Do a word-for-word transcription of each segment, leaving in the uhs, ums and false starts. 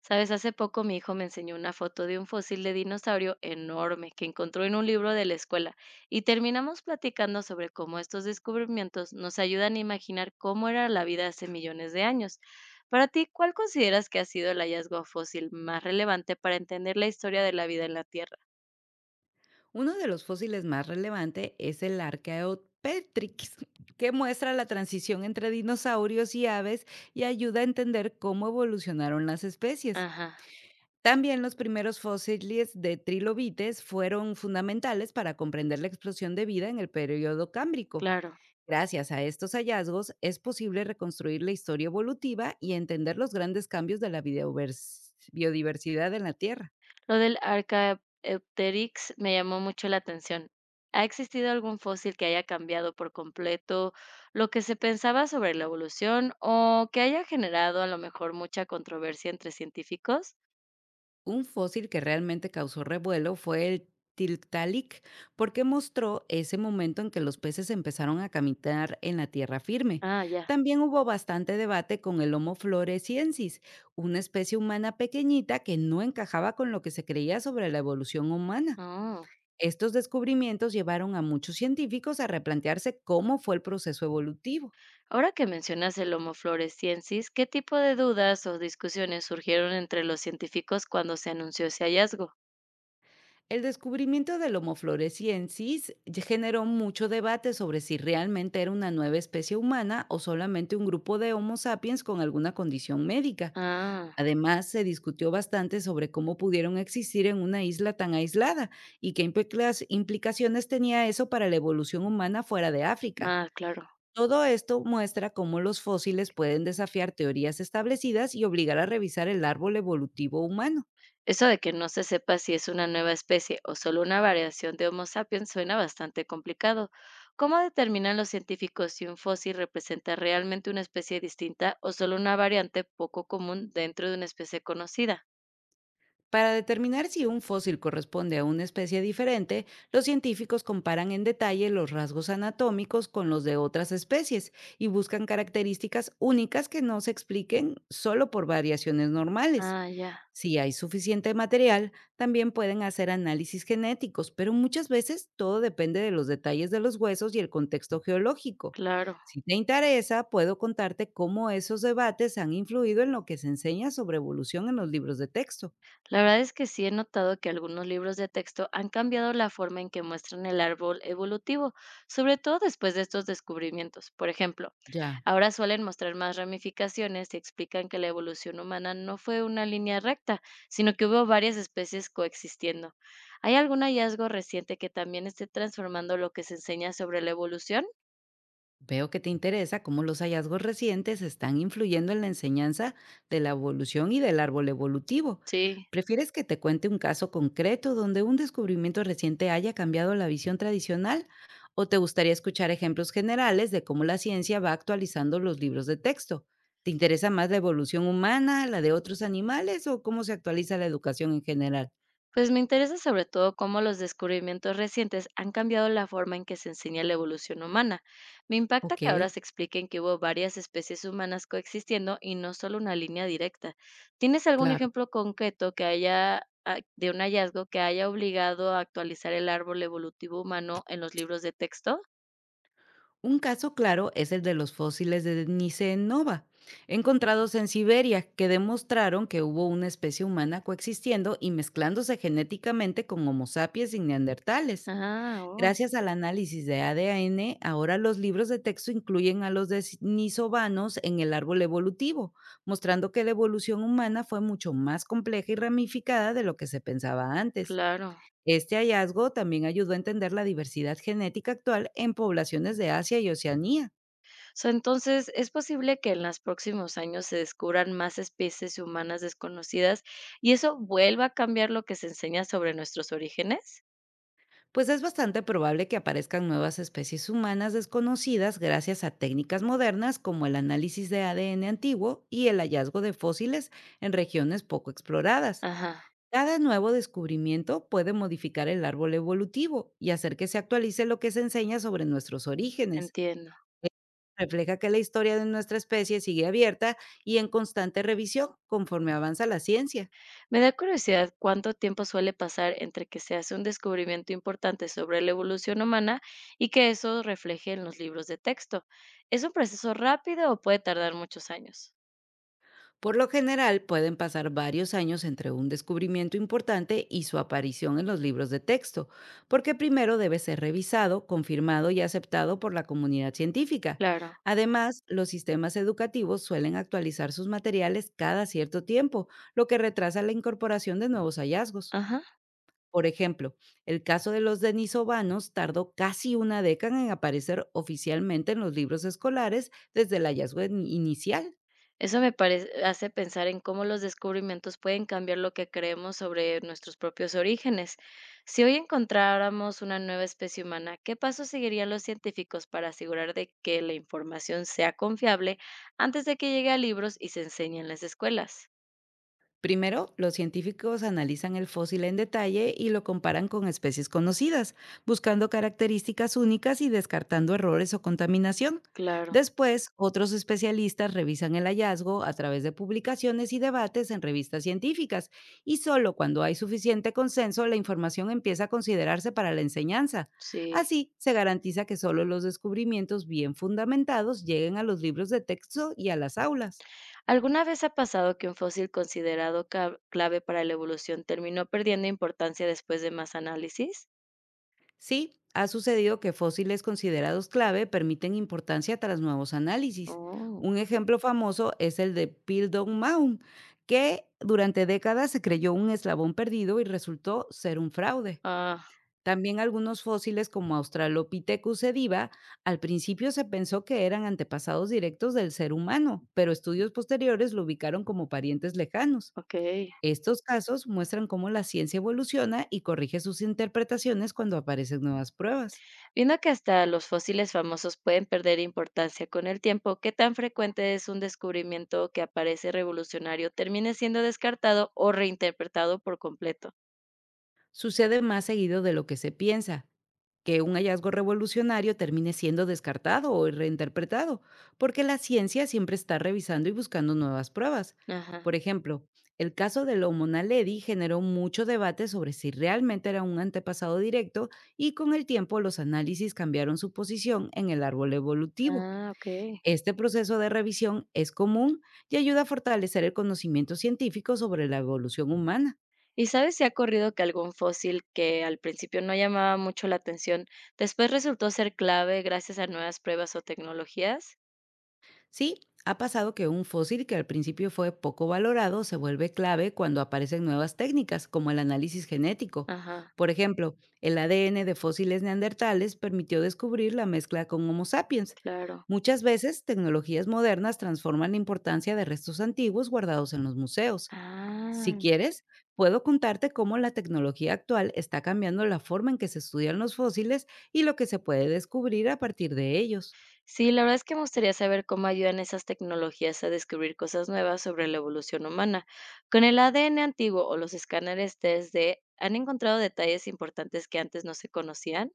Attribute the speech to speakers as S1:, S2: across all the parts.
S1: Sabes, hace poco mi hijo me enseñó una foto de un fósil de dinosaurio enorme que encontró en un libro de la escuela y terminamos platicando sobre cómo estos descubrimientos nos ayudan a imaginar cómo era la vida hace millones de años. Para ti, ¿cuál consideras que ha sido el hallazgo fósil más relevante para entender la historia de la vida en la Tierra?
S2: Uno de los fósiles más relevantes es el Archaeopteryx, que muestra la transición entre dinosaurios y aves y ayuda a entender cómo evolucionaron las especies.
S1: Ajá,
S2: También los primeros fósiles de trilobites fueron fundamentales para comprender la explosión de vida en el periodo cámbrico.
S1: claro.
S2: Gracias a estos hallazgos es posible reconstruir la historia evolutiva y entender los grandes cambios de la biodivers- biodiversidad en la Tierra.
S1: Lo del Archaeopteryx me llamó mucho la atención. ¿Ha existido algún fósil que haya cambiado por completo lo que se pensaba sobre la evolución o que haya generado a lo mejor mucha controversia entre científicos?
S2: Un fósil que realmente causó revuelo fue el Tiktaalik, porque mostró ese momento en que los peces empezaron a caminar en la tierra firme.
S1: Ah, ya.
S2: También hubo bastante debate con el Homo floresiensis, una especie humana pequeñita que no encajaba con lo que se creía sobre la evolución humana.
S1: Oh.
S2: Estos descubrimientos llevaron a muchos científicos a replantearse cómo fue el proceso evolutivo.
S1: Ahora que mencionas el Homo floresiensis, ¿qué tipo de dudas o discusiones surgieron entre los científicos cuando se anunció ese hallazgo?
S2: El descubrimiento del Homo floresiensis ya generó mucho debate sobre si realmente era una nueva especie humana o solamente un grupo de Homo sapiens con alguna condición médica.
S1: Ah,
S2: Además, se discutió bastante sobre cómo pudieron existir en una isla tan aislada y qué implicas- implicaciones tenía eso para la evolución humana fuera de África.
S1: ah, claro.
S2: Todo esto muestra cómo los fósiles pueden desafiar teorías establecidas y obligar a revisar el árbol evolutivo humano.
S1: Eso de que no se sepa si es una nueva especie o solo una variación de Homo sapiens suena bastante complicado. ¿Cómo determinan los científicos si un fósil representa realmente una especie distinta o solo una variante poco común dentro de una especie conocida?
S2: Para determinar si un fósil corresponde a una especie diferente, los científicos comparan en detalle los rasgos anatómicos con los de otras especies y buscan características únicas que no se expliquen solo por variaciones normales.
S1: Ah, ya,
S2: Si hay suficiente material, también pueden hacer análisis genéticos, pero muchas veces todo depende de los detalles de los huesos y el contexto geológico.
S1: claro.
S2: Si te interesa, puedo contarte cómo esos debates han influido en lo que se enseña sobre evolución en los libros de texto.
S1: La verdad es que sí he notado que algunos libros de texto han cambiado la forma en que muestran el árbol evolutivo, sobre todo después de estos descubrimientos. Por ejemplo,
S2: Ya.
S1: ahora suelen mostrar más ramificaciones y explican que la evolución humana no fue una línea recta, sino que hubo varias especies coexistiendo. ¿Hay algún hallazgo reciente que también esté transformando lo que se enseña sobre la evolución?
S2: Veo que te interesa cómo los hallazgos recientes están influyendo en la enseñanza de la evolución y del árbol evolutivo.
S1: Sí.
S2: ¿Prefieres que te cuente un caso concreto donde un descubrimiento reciente haya cambiado la visión tradicional? ¿O te gustaría escuchar ejemplos generales de cómo la ciencia va actualizando los libros de texto? ¿Te interesa más la evolución humana, la de otros animales o cómo se actualiza la educación en general?
S1: Pues me interesa sobre todo cómo los descubrimientos recientes han cambiado la forma en que se enseña la evolución humana. Me impacta
S2: Ok,
S1: que ahora se expliquen que hubo varias especies humanas coexistiendo y no solo una línea directa. ¿Tienes algún
S2: claro.
S1: ejemplo concreto que haya ah, de un hallazgo que haya obligado a actualizar el árbol evolutivo humano en los libros de texto?
S2: Un caso claro es el de los fósiles de Deniscenova, encontrados en Siberia, que demostraron que hubo una especie humana coexistiendo y mezclándose genéticamente con Homo sapiens y neandertales.
S1: Ah, oh,
S2: Gracias al análisis de A D N, ahora los libros de texto incluyen a los denisovanos en el árbol evolutivo, mostrando que la evolución humana fue mucho más compleja y ramificada de lo que se pensaba antes.
S1: claro.
S2: Este hallazgo también ayudó a entender la diversidad genética actual en poblaciones de Asia y Oceanía.
S1: Sea, entonces, ¿es posible que en los próximos años se descubran más especies humanas desconocidas y eso vuelva a cambiar lo que se enseña sobre nuestros orígenes?
S2: Pues es bastante probable que aparezcan nuevas especies humanas desconocidas gracias a técnicas modernas como el análisis de A D N antiguo y el hallazgo de fósiles en regiones poco exploradas.
S1: Ajá,
S2: Cada nuevo descubrimiento puede modificar el árbol evolutivo y hacer que se actualice lo que se enseña sobre nuestros orígenes.
S1: entiendo.
S2: Esto Refleja que la historia de nuestra especie sigue abierta y en constante revisión conforme avanza la ciencia.
S1: Me da curiosidad cuánto tiempo suele pasar entre que se hace un descubrimiento importante sobre la evolución humana y que eso refleje en los libros de texto. ¿Es un proceso rápido o puede tardar muchos años?
S2: Por lo general, pueden pasar varios años entre un descubrimiento importante y su aparición en los libros de texto, porque primero debe ser revisado, confirmado y aceptado por la comunidad científica.
S1: Claro.
S2: Además, los sistemas educativos suelen actualizar sus materiales cada cierto tiempo, lo que retrasa la incorporación de nuevos hallazgos.
S1: Ajá.
S2: Por ejemplo, el caso de los denisovanos tardó casi una década en aparecer oficialmente en los libros escolares desde el hallazgo in- inicial.
S1: Eso me parece hace pensar en cómo los descubrimientos pueden cambiar lo que creemos sobre nuestros propios orígenes. Si hoy encontráramos una nueva especie humana, ¿qué pasos seguirían los científicos para asegurar de que la información sea confiable antes de que llegue a libros y se enseñe en las escuelas?
S2: Primero, los científicos analizan el fósil en detalle y lo comparan con especies conocidas, buscando características únicas y descartando errores o contaminación.
S1: Claro,
S2: Después, otros especialistas revisan el hallazgo a través de publicaciones y debates en revistas científicas, y solo cuando hay suficiente consenso la información empieza a considerarse para la enseñanza.
S1: sí.
S2: Así, se garantiza que solo los descubrimientos bien fundamentados lleguen a los libros de texto y a las aulas.
S1: ¿Alguna vez ha pasado que un fósil considerado ca- clave para la evolución terminó perdiendo importancia después de más análisis?
S2: Sí, ha sucedido que fósiles considerados clave permiten importancia tras nuevos análisis.
S1: Oh,
S2: Un ejemplo famoso es el de Piltdown Mound, que durante décadas se creyó un eslabón perdido y resultó ser un fraude.
S1: ah,
S2: También algunos fósiles como Australopithecus sediva, al principio se pensó que eran antepasados directos del ser humano, pero estudios posteriores lo ubicaron como parientes lejanos.
S1: ok.
S2: Estos casos muestran cómo la ciencia evoluciona y corrige sus interpretaciones cuando aparecen nuevas pruebas.
S1: Viendo que hasta los fósiles famosos pueden perder importancia con el tiempo, ¿qué tan frecuente es un descubrimiento que aparece revolucionario termine siendo descartado o reinterpretado por completo?
S2: Sucede más seguido de lo que se piensa, que un hallazgo revolucionario termine siendo descartado o reinterpretado, porque la ciencia siempre está revisando y buscando nuevas pruebas.
S1: Ajá.
S2: Por ejemplo, el caso del Homo naledi generó mucho debate sobre si realmente era un antepasado directo, y con el tiempo los análisis cambiaron su posición en el árbol evolutivo.
S1: Ah, ok.
S2: Este proceso de revisión es común y ayuda a fortalecer el conocimiento científico sobre la evolución humana.
S1: ¿Y sabes si ha ocurrido que algún fósil que al principio no llamaba mucho la atención, después resultó ser clave gracias a nuevas pruebas o tecnologías?
S2: Sí, ha pasado que un fósil que al principio fue poco valorado se vuelve clave cuando aparecen nuevas técnicas, como el análisis genético.
S1: Ajá,
S2: Por ejemplo, el A D N de fósiles neandertales permitió descubrir la mezcla con Homo sapiens.
S1: claro.
S2: Muchas veces, tecnologías modernas transforman la importancia de restos antiguos guardados en los museos. Si
S1: Ah.
S2: quieres, puedo contarte cómo la tecnología actual está cambiando la forma en que se estudian los fósiles y lo que se puede descubrir a partir de ellos.
S1: Sí, la verdad es que me gustaría saber cómo ayudan esas tecnologías a descubrir cosas nuevas sobre la evolución humana. Con el A D N antiguo o los escáneres tres D, ¿han encontrado detalles importantes que antes no se conocían?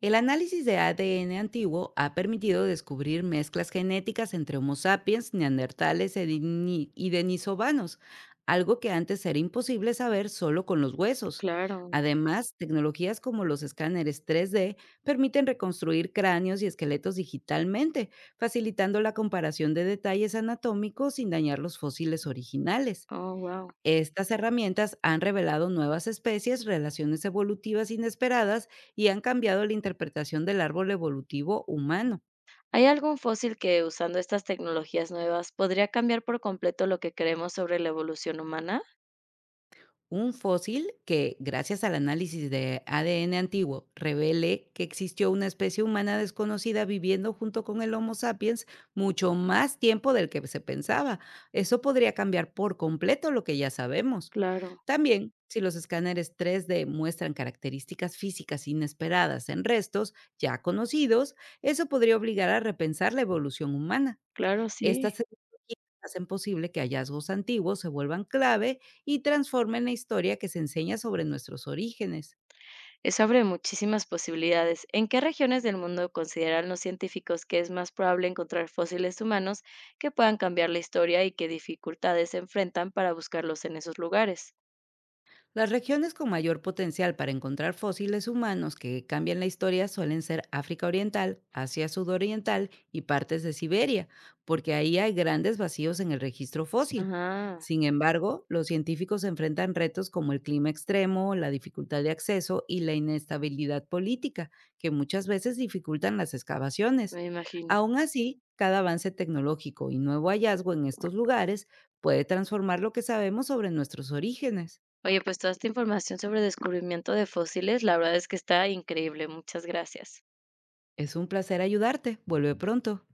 S2: El análisis de A D N antiguo ha permitido descubrir mezclas genéticas entre Homo sapiens, neandertales e deni- y denisovanos, algo que antes era imposible saber solo con los huesos.
S1: Claro.
S2: Además, tecnologías como los escáneres tres D permiten reconstruir cráneos y esqueletos digitalmente, facilitando la comparación de detalles anatómicos sin dañar los fósiles originales.
S1: Oh, wow.
S2: Estas herramientas han revelado nuevas especies, relaciones evolutivas inesperadas, y han cambiado la interpretación del árbol evolutivo humano.
S1: ¿Hay algún fósil que usando estas tecnologías nuevas podría cambiar por completo lo que creemos sobre la evolución humana?
S2: Un fósil que, gracias al análisis de A D N antiguo, revele que existió una especie humana desconocida viviendo junto con el Homo sapiens mucho más tiempo del que se pensaba. Eso podría cambiar por completo lo que ya sabemos.
S1: Claro,
S2: También, si los escáneres tres D muestran características físicas inesperadas en restos ya conocidos, eso podría obligar a repensar la evolución humana.
S1: claro, sí.
S2: Estas tecnologías hacen posible que hallazgos antiguos se vuelvan clave y transformen la historia que se enseña sobre nuestros orígenes.
S1: Eso abre muchísimas posibilidades. ¿En qué regiones del mundo consideran los científicos que es más probable encontrar fósiles humanos que puedan cambiar la historia y qué dificultades se enfrentan para buscarlos en esos lugares?
S2: Las regiones con mayor potencial para encontrar fósiles humanos que cambian la historia suelen ser África Oriental, Asia Sudoriental y partes de Siberia, porque ahí hay grandes vacíos en el registro fósil.
S1: Ah,
S2: Sin embargo, los científicos enfrentan retos como el clima extremo, la dificultad de acceso y la inestabilidad política, que muchas veces dificultan las excavaciones.
S1: me imagino.
S2: Aún así, cada avance tecnológico y nuevo hallazgo en estos lugares puede transformar lo que sabemos sobre nuestros orígenes.
S1: Oye, pues toda esta información sobre descubrimiento de fósiles, la verdad es que está increíble. Muchas gracias.
S2: Es un placer ayudarte. Vuelve pronto.